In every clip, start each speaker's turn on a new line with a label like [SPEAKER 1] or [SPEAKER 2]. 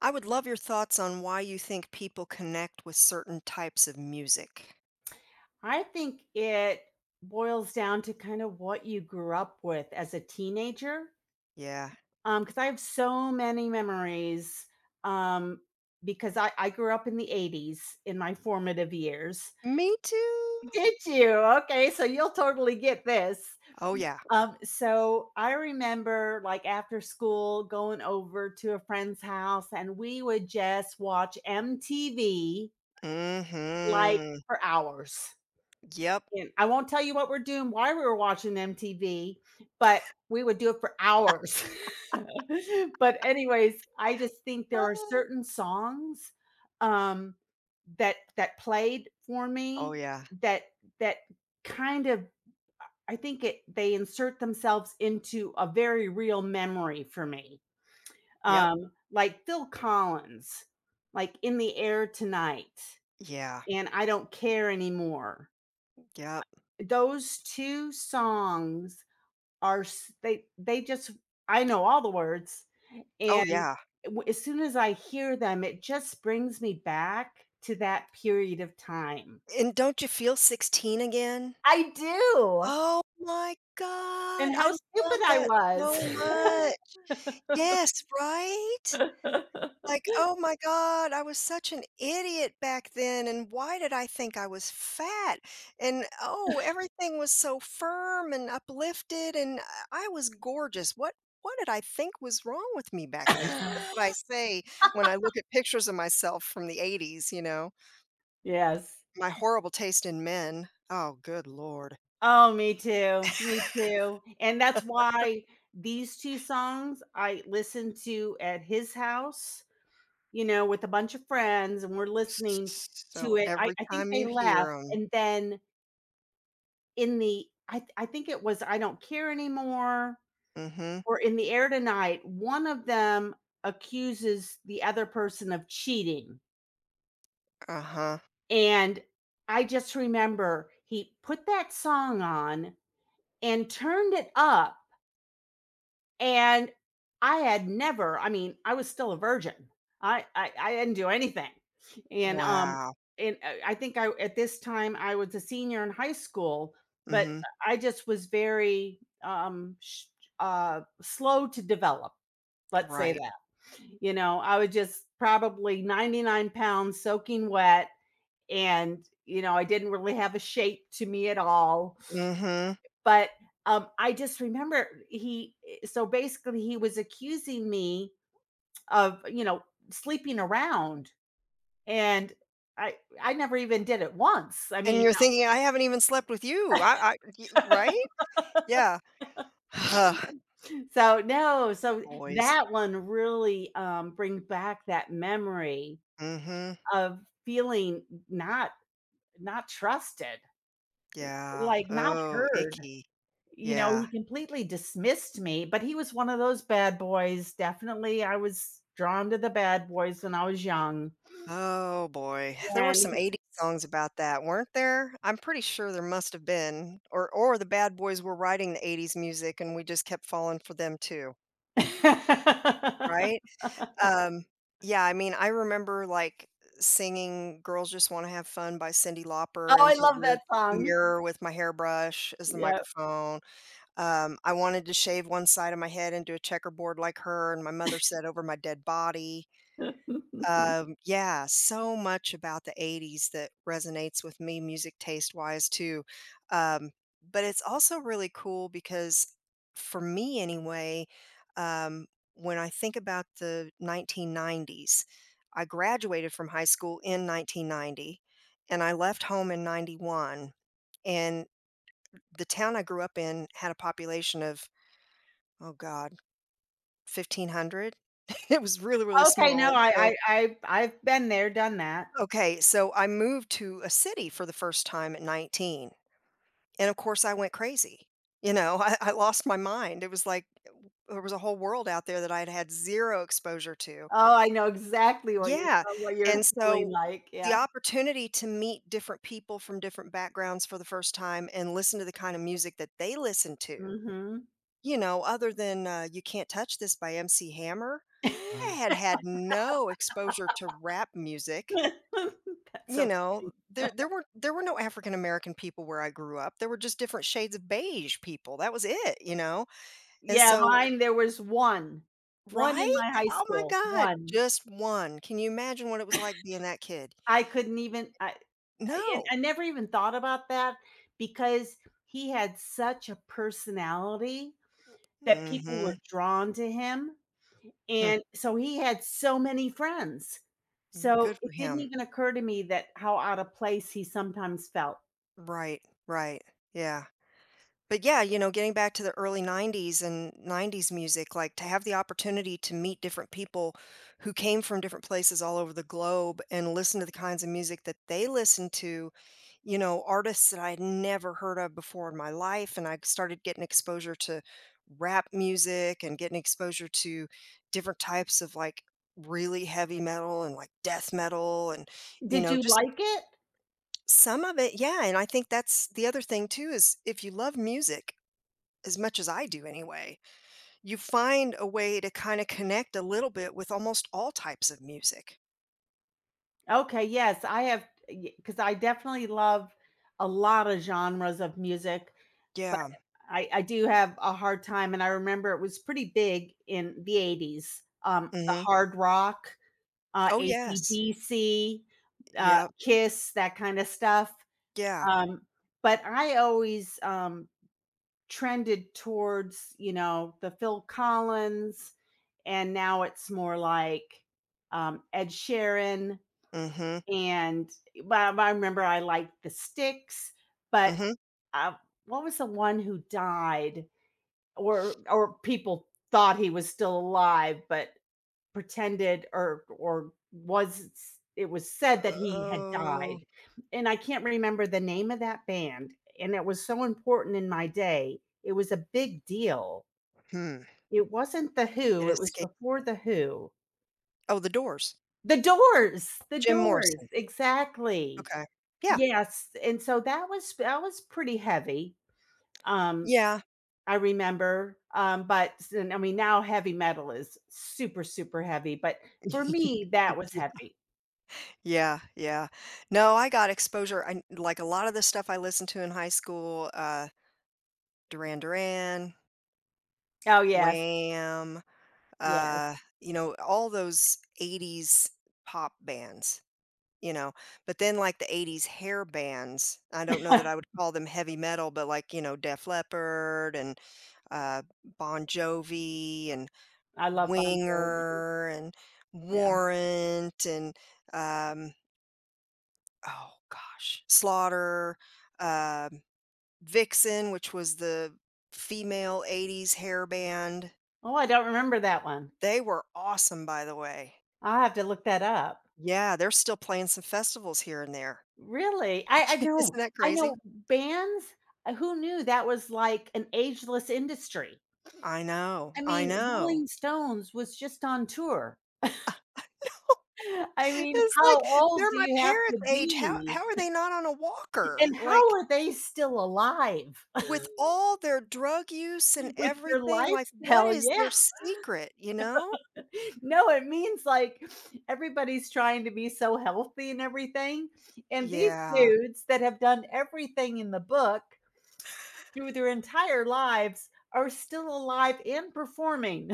[SPEAKER 1] I would love your thoughts on why you think people connect with certain types of music.
[SPEAKER 2] I think it boils down to kind of what you grew up with as a teenager,
[SPEAKER 1] Yeah.
[SPEAKER 2] because I have so many memories, um, because I grew up in the '80s in my formative years.
[SPEAKER 1] Me too.
[SPEAKER 2] Did you? Okay, so you'll totally get this.
[SPEAKER 1] Oh, yeah.
[SPEAKER 2] So I remember, like, after school going over to a friend's house and we would just watch MTV like
[SPEAKER 1] Mhm.
[SPEAKER 2] for hours.
[SPEAKER 1] Yep.
[SPEAKER 2] And I won't tell you what we're doing why we were watching MTV, but we would do it for hours. But anyways, I just think there are
[SPEAKER 1] Oh.
[SPEAKER 2] certain songs, um, that played for
[SPEAKER 1] Oh,
[SPEAKER 2] me,
[SPEAKER 1] yeah.
[SPEAKER 2] that that kind of I think it they insert themselves into a very real memory for me.
[SPEAKER 1] Yep.
[SPEAKER 2] Like Phil Collins, like In the Air Tonight,
[SPEAKER 1] Yeah.
[SPEAKER 2] and I Don't Care Anymore.
[SPEAKER 1] Yep.
[SPEAKER 2] Those 2 songs, are s they just I know all the words,
[SPEAKER 1] Oh,
[SPEAKER 2] and
[SPEAKER 1] yeah.
[SPEAKER 2] w as soon as I hear them, it just brings me back to that period of time.
[SPEAKER 1] And don't you feel 16 again?
[SPEAKER 2] I do.
[SPEAKER 1] Oh my God.
[SPEAKER 2] And
[SPEAKER 1] I
[SPEAKER 2] how stupid
[SPEAKER 1] love
[SPEAKER 2] I
[SPEAKER 1] that
[SPEAKER 2] was.
[SPEAKER 1] so much. Yes, right? Like, "Oh my god, I was such an idiot back then, and why did I think I was fat? And, oh, everything was so firm and uplifted, and I was gorgeous. What did I think was wrong with me back then?" That's what I say when I look at pictures of myself from the '80s, you know?
[SPEAKER 2] Yes.
[SPEAKER 1] My horrible taste in men. Oh, good lord.
[SPEAKER 2] Oh, me too, and that's why these 2 songs I listened to at his house, with a bunch of friends and we're listening to
[SPEAKER 1] So
[SPEAKER 2] it. I
[SPEAKER 1] every
[SPEAKER 2] I think
[SPEAKER 1] time
[SPEAKER 2] they
[SPEAKER 1] you
[SPEAKER 2] left,
[SPEAKER 1] hear them.
[SPEAKER 2] and then in the I think it was "I Don't Care Anymore"
[SPEAKER 1] Mhm.
[SPEAKER 2] or "In the Air Tonight," one of them accuses the other person of cheating,
[SPEAKER 1] Uh-huh.
[SPEAKER 2] and I just remember he put that song on and turned it up. And I had never I mean, I was still a virgin. I didn't do anything. And, um,
[SPEAKER 1] Wow.
[SPEAKER 2] and I think I at this time, I was a senior in high school, but
[SPEAKER 1] Mhm.
[SPEAKER 2] I just was very, sh slow to develop, let's say
[SPEAKER 1] Right.
[SPEAKER 2] that. You know, I was just probably 99 pounds soaking wet, and I didn't really have a shape to me at all.
[SPEAKER 1] Mhm.
[SPEAKER 2] But I just remember so basically, he was accusing me of sleeping around. And I never even did it once. I
[SPEAKER 1] And
[SPEAKER 2] mean,
[SPEAKER 1] you're thinking, "I haven't even slept with you." I y Right? Yeah. Huh.
[SPEAKER 2] so no, so
[SPEAKER 1] Boys.
[SPEAKER 2] that one really brings back that memory
[SPEAKER 1] Mhm.
[SPEAKER 2] of feeling not trusted,
[SPEAKER 1] Yeah.
[SPEAKER 2] like not
[SPEAKER 1] Oh,
[SPEAKER 2] heard.
[SPEAKER 1] icky.
[SPEAKER 2] You know,
[SPEAKER 1] Yeah.
[SPEAKER 2] he completely dismissed me, but he was one of those bad boys. Definitely, I was drawn to the bad boys when I was young.
[SPEAKER 1] Oh, boy. There were
[SPEAKER 2] And
[SPEAKER 1] some
[SPEAKER 2] he.
[SPEAKER 1] '80s songs about that, weren't there? I'm pretty sure there must have been, or the bad boys were writing the '80s music, and we just kept falling for them too, right? Um, yeah, I mean, I remember, like, singing "Girls Just Wanna Have Fun" by Cyndi
[SPEAKER 2] Oh,
[SPEAKER 1] Lauper
[SPEAKER 2] I
[SPEAKER 1] into
[SPEAKER 2] love
[SPEAKER 1] the
[SPEAKER 2] that song.
[SPEAKER 1] mirror with my hairbrush as the
[SPEAKER 2] Yep.
[SPEAKER 1] microphone. I wanted to shave one side of my head into a checkerboard like her, and my mother said, "Over my dead body." Yeah, so much about the '80s that resonates with me music taste-wise too, um, but it's also really cool because for me anyway, um, when I think about the 1990s, I graduated from high school in 1990, and I left home in '91, and the town I grew up in had a population of, oh god, 1,500? It was really, really
[SPEAKER 2] Okay,
[SPEAKER 1] small,
[SPEAKER 2] no,
[SPEAKER 1] and
[SPEAKER 2] I
[SPEAKER 1] so.
[SPEAKER 2] I I've I've been there, done that.
[SPEAKER 1] Okay, so I moved to a city for the first time at 19. And of course, I went crazy. You know, I lost my mind. It was like there was a whole world out there that I had had zero exposure to.
[SPEAKER 2] Oh, I know exactly what you
[SPEAKER 1] Yeah.
[SPEAKER 2] what you're
[SPEAKER 1] And
[SPEAKER 2] feeling
[SPEAKER 1] so
[SPEAKER 2] like,
[SPEAKER 1] the
[SPEAKER 2] yeah,
[SPEAKER 1] opportunity to meet different people from different backgrounds for the first time and listen to the kind of music that they listen to,
[SPEAKER 2] mhm.
[SPEAKER 1] you know, other than You Can't Touch This by MC Hammer, I had had no exposure to rap music.
[SPEAKER 2] That's
[SPEAKER 1] You
[SPEAKER 2] so
[SPEAKER 1] know,
[SPEAKER 2] funny.
[SPEAKER 1] there were no African American people where I grew up, there were just different shades of beige people, that was it, you know? And
[SPEAKER 2] Yeah,
[SPEAKER 1] so.
[SPEAKER 2] mine, there was 1, 1 in
[SPEAKER 1] Right?
[SPEAKER 2] my high
[SPEAKER 1] Oh my
[SPEAKER 2] school,
[SPEAKER 1] god,
[SPEAKER 2] 1.
[SPEAKER 1] just 1. Can you imagine what it was like being that kid?
[SPEAKER 2] I couldn't even I and
[SPEAKER 1] No.
[SPEAKER 2] I never even thought about that because he had such a personality that people were
[SPEAKER 1] Mhm.
[SPEAKER 2] drawn to him,
[SPEAKER 1] Hmm.
[SPEAKER 2] and so he had so many friends.
[SPEAKER 1] Good
[SPEAKER 2] So
[SPEAKER 1] for
[SPEAKER 2] it didn't
[SPEAKER 1] him.
[SPEAKER 2] even occur to me that how out of place he sometimes felt.
[SPEAKER 1] Right, right. Yeah. But yeah, you know, getting back to the early '90s and '90s music, like to have the opportunity to meet different people who came from different places all over the globe and listen to the kinds of music that they listened to, you know, artists that I had never heard of before in my life. And I started getting exposure to rap music and getting exposure to different types of like really heavy metal and like death metal and, you
[SPEAKER 2] Did
[SPEAKER 1] know,
[SPEAKER 2] you
[SPEAKER 1] just
[SPEAKER 2] like it?
[SPEAKER 1] some of it. Yeah. And I think that's the other thing too is if you love music, as much as I do anyway, you find a way to kinda connect a little bit with almost all types of music.
[SPEAKER 2] Okay, yes, I have because I definitely love a lot of genres of music, but
[SPEAKER 1] Yeah.
[SPEAKER 2] I do have a hard time, and I remember it was pretty big in the '80s, the
[SPEAKER 1] Mhm.
[SPEAKER 2] hard rock,
[SPEAKER 1] Oh, yes.
[SPEAKER 2] AC/DC,
[SPEAKER 1] Yep.
[SPEAKER 2] Kiss, that kinda stuff,
[SPEAKER 1] Yeah.
[SPEAKER 2] um, but I always, trended towards the Phil Collins, and now it's more like Ed Sheeran.
[SPEAKER 1] Mhm.
[SPEAKER 2] And well, I remember I liked the Sticks, but
[SPEAKER 1] Mhm.
[SPEAKER 2] uh, what was the one who died, or people thought he was still alive, but pretended or was it was said that he had
[SPEAKER 1] Oh,
[SPEAKER 2] died, and I can't remember the name of that band, and it was so important in my day. It was a big deal.
[SPEAKER 1] hmm.
[SPEAKER 2] It wasn't The
[SPEAKER 1] It
[SPEAKER 2] Who, it was
[SPEAKER 1] escaped.
[SPEAKER 2] before The Who.
[SPEAKER 1] Oh, the Doors.
[SPEAKER 2] The Doors! The
[SPEAKER 1] Jim
[SPEAKER 2] Doors,
[SPEAKER 1] Morrison.
[SPEAKER 2] exactly.
[SPEAKER 1] Okay. Yeah.
[SPEAKER 2] Yes, and so that was pretty heavy, um,
[SPEAKER 1] Yeah.
[SPEAKER 2] I remember, but s- and I mean, now heavy metal is super, super heavy, but for me, that was heavy.
[SPEAKER 1] Yeah, yeah. No, I got exposure. I, like, a lot of the stuff I listened to in high school, Duran Duran,
[SPEAKER 2] Oh, yeah.
[SPEAKER 1] Wham!,
[SPEAKER 2] Yes,
[SPEAKER 1] uh, you know, all those '80s pop bands, you know, but then like the '80s hair bands, I don't know that I would call them heavy metal, but like, you know, Def Leppard and uh, Bon Jovi and
[SPEAKER 2] I love Bon Jovi.
[SPEAKER 1] Winger and
[SPEAKER 2] Yeah.
[SPEAKER 1] Warrant and, um, oh gosh, Slaughter, um Vixen, which was the female '80s hair band.
[SPEAKER 2] Oh, I don't remember that one.
[SPEAKER 1] They were awesome, by the way.
[SPEAKER 2] I'll have to look that up.
[SPEAKER 1] Yeah, they're still playing some festivals here and there.
[SPEAKER 2] Really? I I know
[SPEAKER 1] Isn't that
[SPEAKER 2] I
[SPEAKER 1] crazy?
[SPEAKER 2] know bands, who knew that was like an ageless industry?
[SPEAKER 1] I know,
[SPEAKER 2] I
[SPEAKER 1] I
[SPEAKER 2] mean,
[SPEAKER 1] know.
[SPEAKER 2] Rolling Stones was just on tour. I mean,
[SPEAKER 1] It's
[SPEAKER 2] how
[SPEAKER 1] like, they're
[SPEAKER 2] old do
[SPEAKER 1] my
[SPEAKER 2] you have
[SPEAKER 1] parents'
[SPEAKER 2] to
[SPEAKER 1] age, how
[SPEAKER 2] be?
[SPEAKER 1] how are they not on a walker?
[SPEAKER 2] And how
[SPEAKER 1] Like,
[SPEAKER 2] are they still alive
[SPEAKER 1] with all their drug use and
[SPEAKER 2] with their
[SPEAKER 1] everything, like, what
[SPEAKER 2] lifestyle?
[SPEAKER 1] is their
[SPEAKER 2] Yeah.
[SPEAKER 1] secret, you know?
[SPEAKER 2] No, it means like everybody's trying to be so healthy and everything. And these
[SPEAKER 1] Yeah.
[SPEAKER 2] dudes that have done everything in the book through their entire lives are still alive and performing.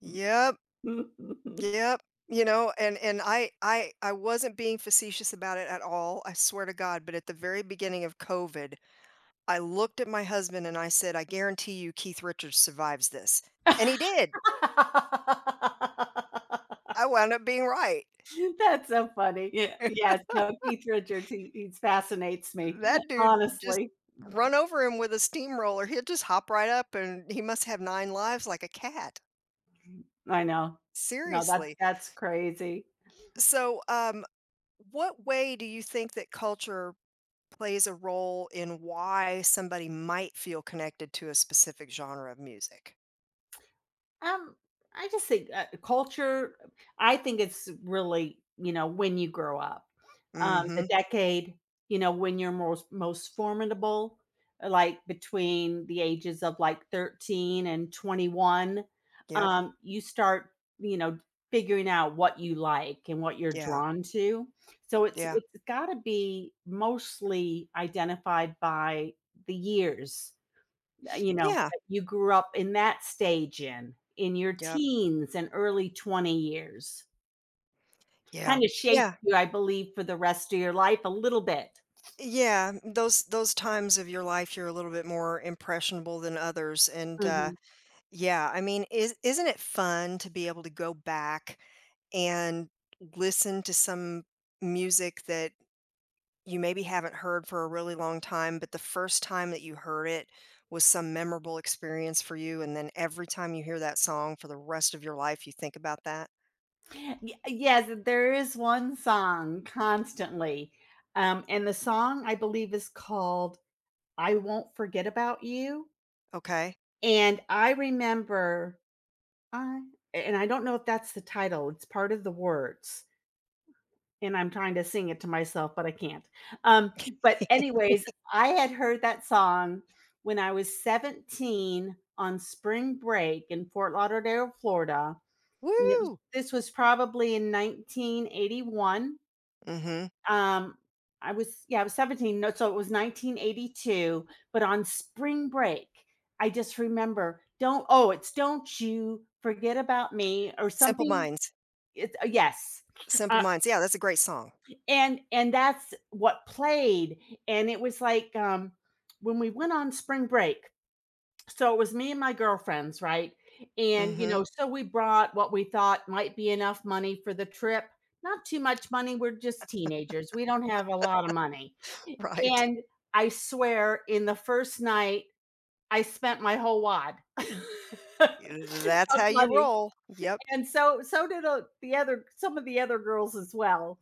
[SPEAKER 1] Yep, yep, you know, and I wasn't being facetious about it at all, I swear to God, but at the very beginning of COVID I looked at my husband and I said, "I guarantee you Keith Richards survives this." And he did. I wound up being right.
[SPEAKER 2] That's so funny. Yeah. Yes, no, Keith Richards, he fascinates me,
[SPEAKER 1] That dude just
[SPEAKER 2] honestly.
[SPEAKER 1] run over him with a steamroller. He'll just hop right up and he must have 9 lives like a cat.
[SPEAKER 2] I know. No, that's
[SPEAKER 1] Seriously.
[SPEAKER 2] that's crazy.
[SPEAKER 1] So, what way do you think that culture plays a role in why somebody might feel connected to a specific genre of music?
[SPEAKER 2] Um, I just think culture, I think it's really, you know, when you grow up, the
[SPEAKER 1] Mhm.
[SPEAKER 2] decade, you know, when you're most formidable, like between the ages of like 13 and 21,
[SPEAKER 1] Yep.
[SPEAKER 2] you start, you know, figuring out what you like and what you're
[SPEAKER 1] Yeah.
[SPEAKER 2] drawn to. So it's
[SPEAKER 1] Yeah.
[SPEAKER 2] it's got to be mostly identified by the years
[SPEAKER 1] Yeah.
[SPEAKER 2] that you grew up in that stage in your
[SPEAKER 1] Yep.
[SPEAKER 2] teens and early 20 years.
[SPEAKER 1] Yeah.
[SPEAKER 2] Kind of shaped
[SPEAKER 1] Yeah.
[SPEAKER 2] you, I believe, for the rest of your life a little bit.
[SPEAKER 1] Yeah, those times of your life, you're a little bit more impressionable than others, and,
[SPEAKER 2] Mhm.
[SPEAKER 1] yeah, I mean, is isn't it fun to be able to go back and listen to some music that you maybe haven't heard for a really long time, but the first time that you heard it was some memorable experience for you, and then every time you hear that song for the rest of your life, you think about that?
[SPEAKER 2] Yes, there is one song constantly, and the song, I believe, is called "I Won't Forget About You,"
[SPEAKER 1] Okay.
[SPEAKER 2] and I remember I and I don't know if that's the title, it's part of the words. And I'm trying to sing it to myself, but I can't. Um, but anyways, I had heard that song when I was 17 on spring break in Fort Lauderdale, Florida. And it was
[SPEAKER 1] Woo!
[SPEAKER 2] this was probably in 1981.
[SPEAKER 1] Mhm.
[SPEAKER 2] Um, I was, yeah, I was 17. No, so it was 1982, but on spring break, I just remember don't oh, it's don't you forget about me or
[SPEAKER 1] Simple
[SPEAKER 2] something.
[SPEAKER 1] Minds.
[SPEAKER 2] It's, yes,
[SPEAKER 1] Simple Minds. Yeah, that's a great song.
[SPEAKER 2] and that's what played, and it was like, when we went on spring break, so it was me and my girlfriends, right? and you
[SPEAKER 1] Mhm.
[SPEAKER 2] know so we brought what we thought might be enough money for the trip, not too much money, we're just teenagers, we don't have a lot of money.
[SPEAKER 1] Right.
[SPEAKER 2] And I swear, in the first night, I spent my whole wad
[SPEAKER 1] That's
[SPEAKER 2] of
[SPEAKER 1] how you
[SPEAKER 2] money.
[SPEAKER 1] roll. Yep.
[SPEAKER 2] And so did the other some of the other girls as well.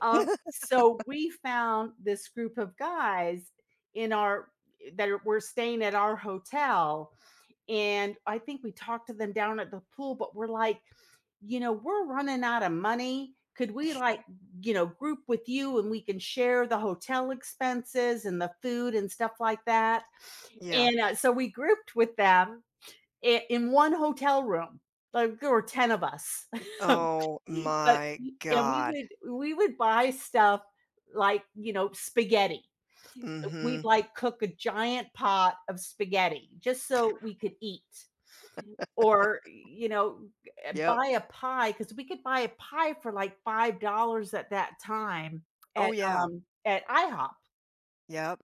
[SPEAKER 2] Um, so we found this group of guys in our that were staying at our hotel, and I think we talked to them down at the pool, but we're like, we're running out of money. Could we, like, group with you and we can share the hotel expenses and the food and stuff like that?
[SPEAKER 1] Yeah.
[SPEAKER 2] And so we grouped with them I in one hotel room, like, there were 10 of us.
[SPEAKER 1] Oh
[SPEAKER 2] But
[SPEAKER 1] my
[SPEAKER 2] and
[SPEAKER 1] god.
[SPEAKER 2] we would buy stuff like, spaghetti. We'd,
[SPEAKER 1] Mhm.
[SPEAKER 2] like, cook a giant pot of spaghetti just so we could eat, or,
[SPEAKER 1] Yep.
[SPEAKER 2] buy a pie because we could buy a pie for, like, $5 at that time,
[SPEAKER 1] Oh,
[SPEAKER 2] at,
[SPEAKER 1] yeah.
[SPEAKER 2] um, at IHOP.
[SPEAKER 1] Yep.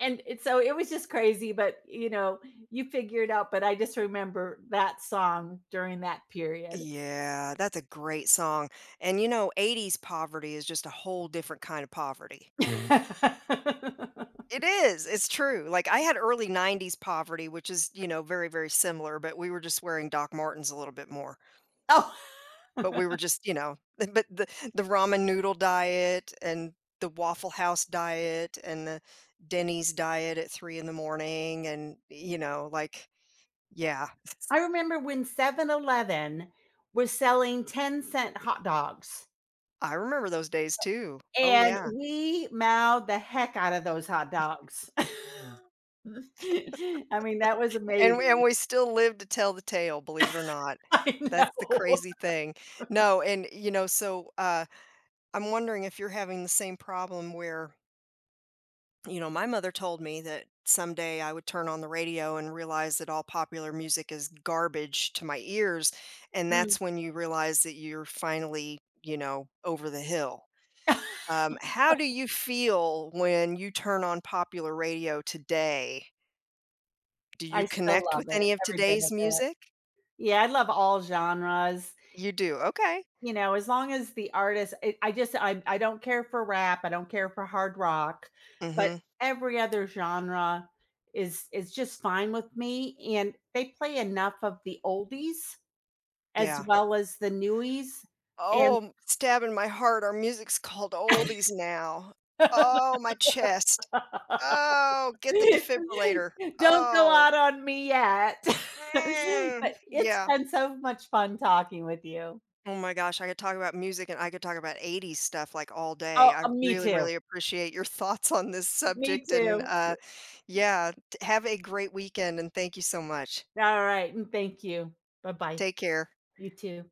[SPEAKER 2] And so it was just crazy, but, you figure it out, but I just remember that song during that period.
[SPEAKER 1] Yeah, that's a great song, and, you know, '80s poverty is just a whole different kind of poverty. It is, it's true, like, I had early '90s poverty, which is, you know, very, very similar, but we were just wearing Doc Martens a little bit more.
[SPEAKER 2] Oh,
[SPEAKER 1] But we were just, you know, but the ramen noodle diet and the Waffle House diet and the Denny's diet at 3 in the morning and, you know, like yeah,
[SPEAKER 2] I remember when 7-Eleven was selling 10-cent hot dogs,
[SPEAKER 1] I remember those days too. Oh,
[SPEAKER 2] and
[SPEAKER 1] yeah.
[SPEAKER 2] we mauled the heck out of those hot dogs. I mean, that was
[SPEAKER 1] And we and
[SPEAKER 2] amazing.
[SPEAKER 1] we still live to tell the tale, believe it or not.
[SPEAKER 2] I
[SPEAKER 1] That's the
[SPEAKER 2] know.
[SPEAKER 1] crazy thing. No, and, you know, so, I'm wondering if you're having the same problem where, you know, my mother told me that someday I would turn on the radio and realize that all popular music is garbage to my ears. And
[SPEAKER 2] Mm.
[SPEAKER 1] that's when you realize that you're finally, you know, over the hill. How do you feel when you turn on popular radio today? Do you
[SPEAKER 2] I still
[SPEAKER 1] connect
[SPEAKER 2] love
[SPEAKER 1] with
[SPEAKER 2] it,
[SPEAKER 1] any of
[SPEAKER 2] every bit
[SPEAKER 1] today's
[SPEAKER 2] of it.
[SPEAKER 1] music?
[SPEAKER 2] Yeah, I love all genres.
[SPEAKER 1] You do. Okay.
[SPEAKER 2] You know, as long as the artist, I just I don't care for rap, I don't care for hard rock,
[SPEAKER 1] Mm
[SPEAKER 2] but
[SPEAKER 1] hmm.
[SPEAKER 2] every other genre is just fine with me, and they play enough of the oldies as
[SPEAKER 1] Yeah.
[SPEAKER 2] well as the newies, and
[SPEAKER 1] Oh, stabbing my heart, our music's called oldies now. Oh, my chest. Oh, get the defibrillator.
[SPEAKER 2] Don't go
[SPEAKER 1] Oh.
[SPEAKER 2] out on me yet,
[SPEAKER 1] Mm,
[SPEAKER 2] but it's
[SPEAKER 1] yeah.
[SPEAKER 2] been so much fun talking with you.
[SPEAKER 1] Oh my gosh, I could talk about music and I could talk about '80s stuff like all day.
[SPEAKER 2] Oh,
[SPEAKER 1] I
[SPEAKER 2] me
[SPEAKER 1] really,
[SPEAKER 2] too,
[SPEAKER 1] really appreciate your thoughts on this
[SPEAKER 2] me
[SPEAKER 1] subject and
[SPEAKER 2] too.
[SPEAKER 1] yeah, have a great weekend and thank you so much.
[SPEAKER 2] Alright, and thank you. Bye-bye.
[SPEAKER 1] Take care.
[SPEAKER 2] You too.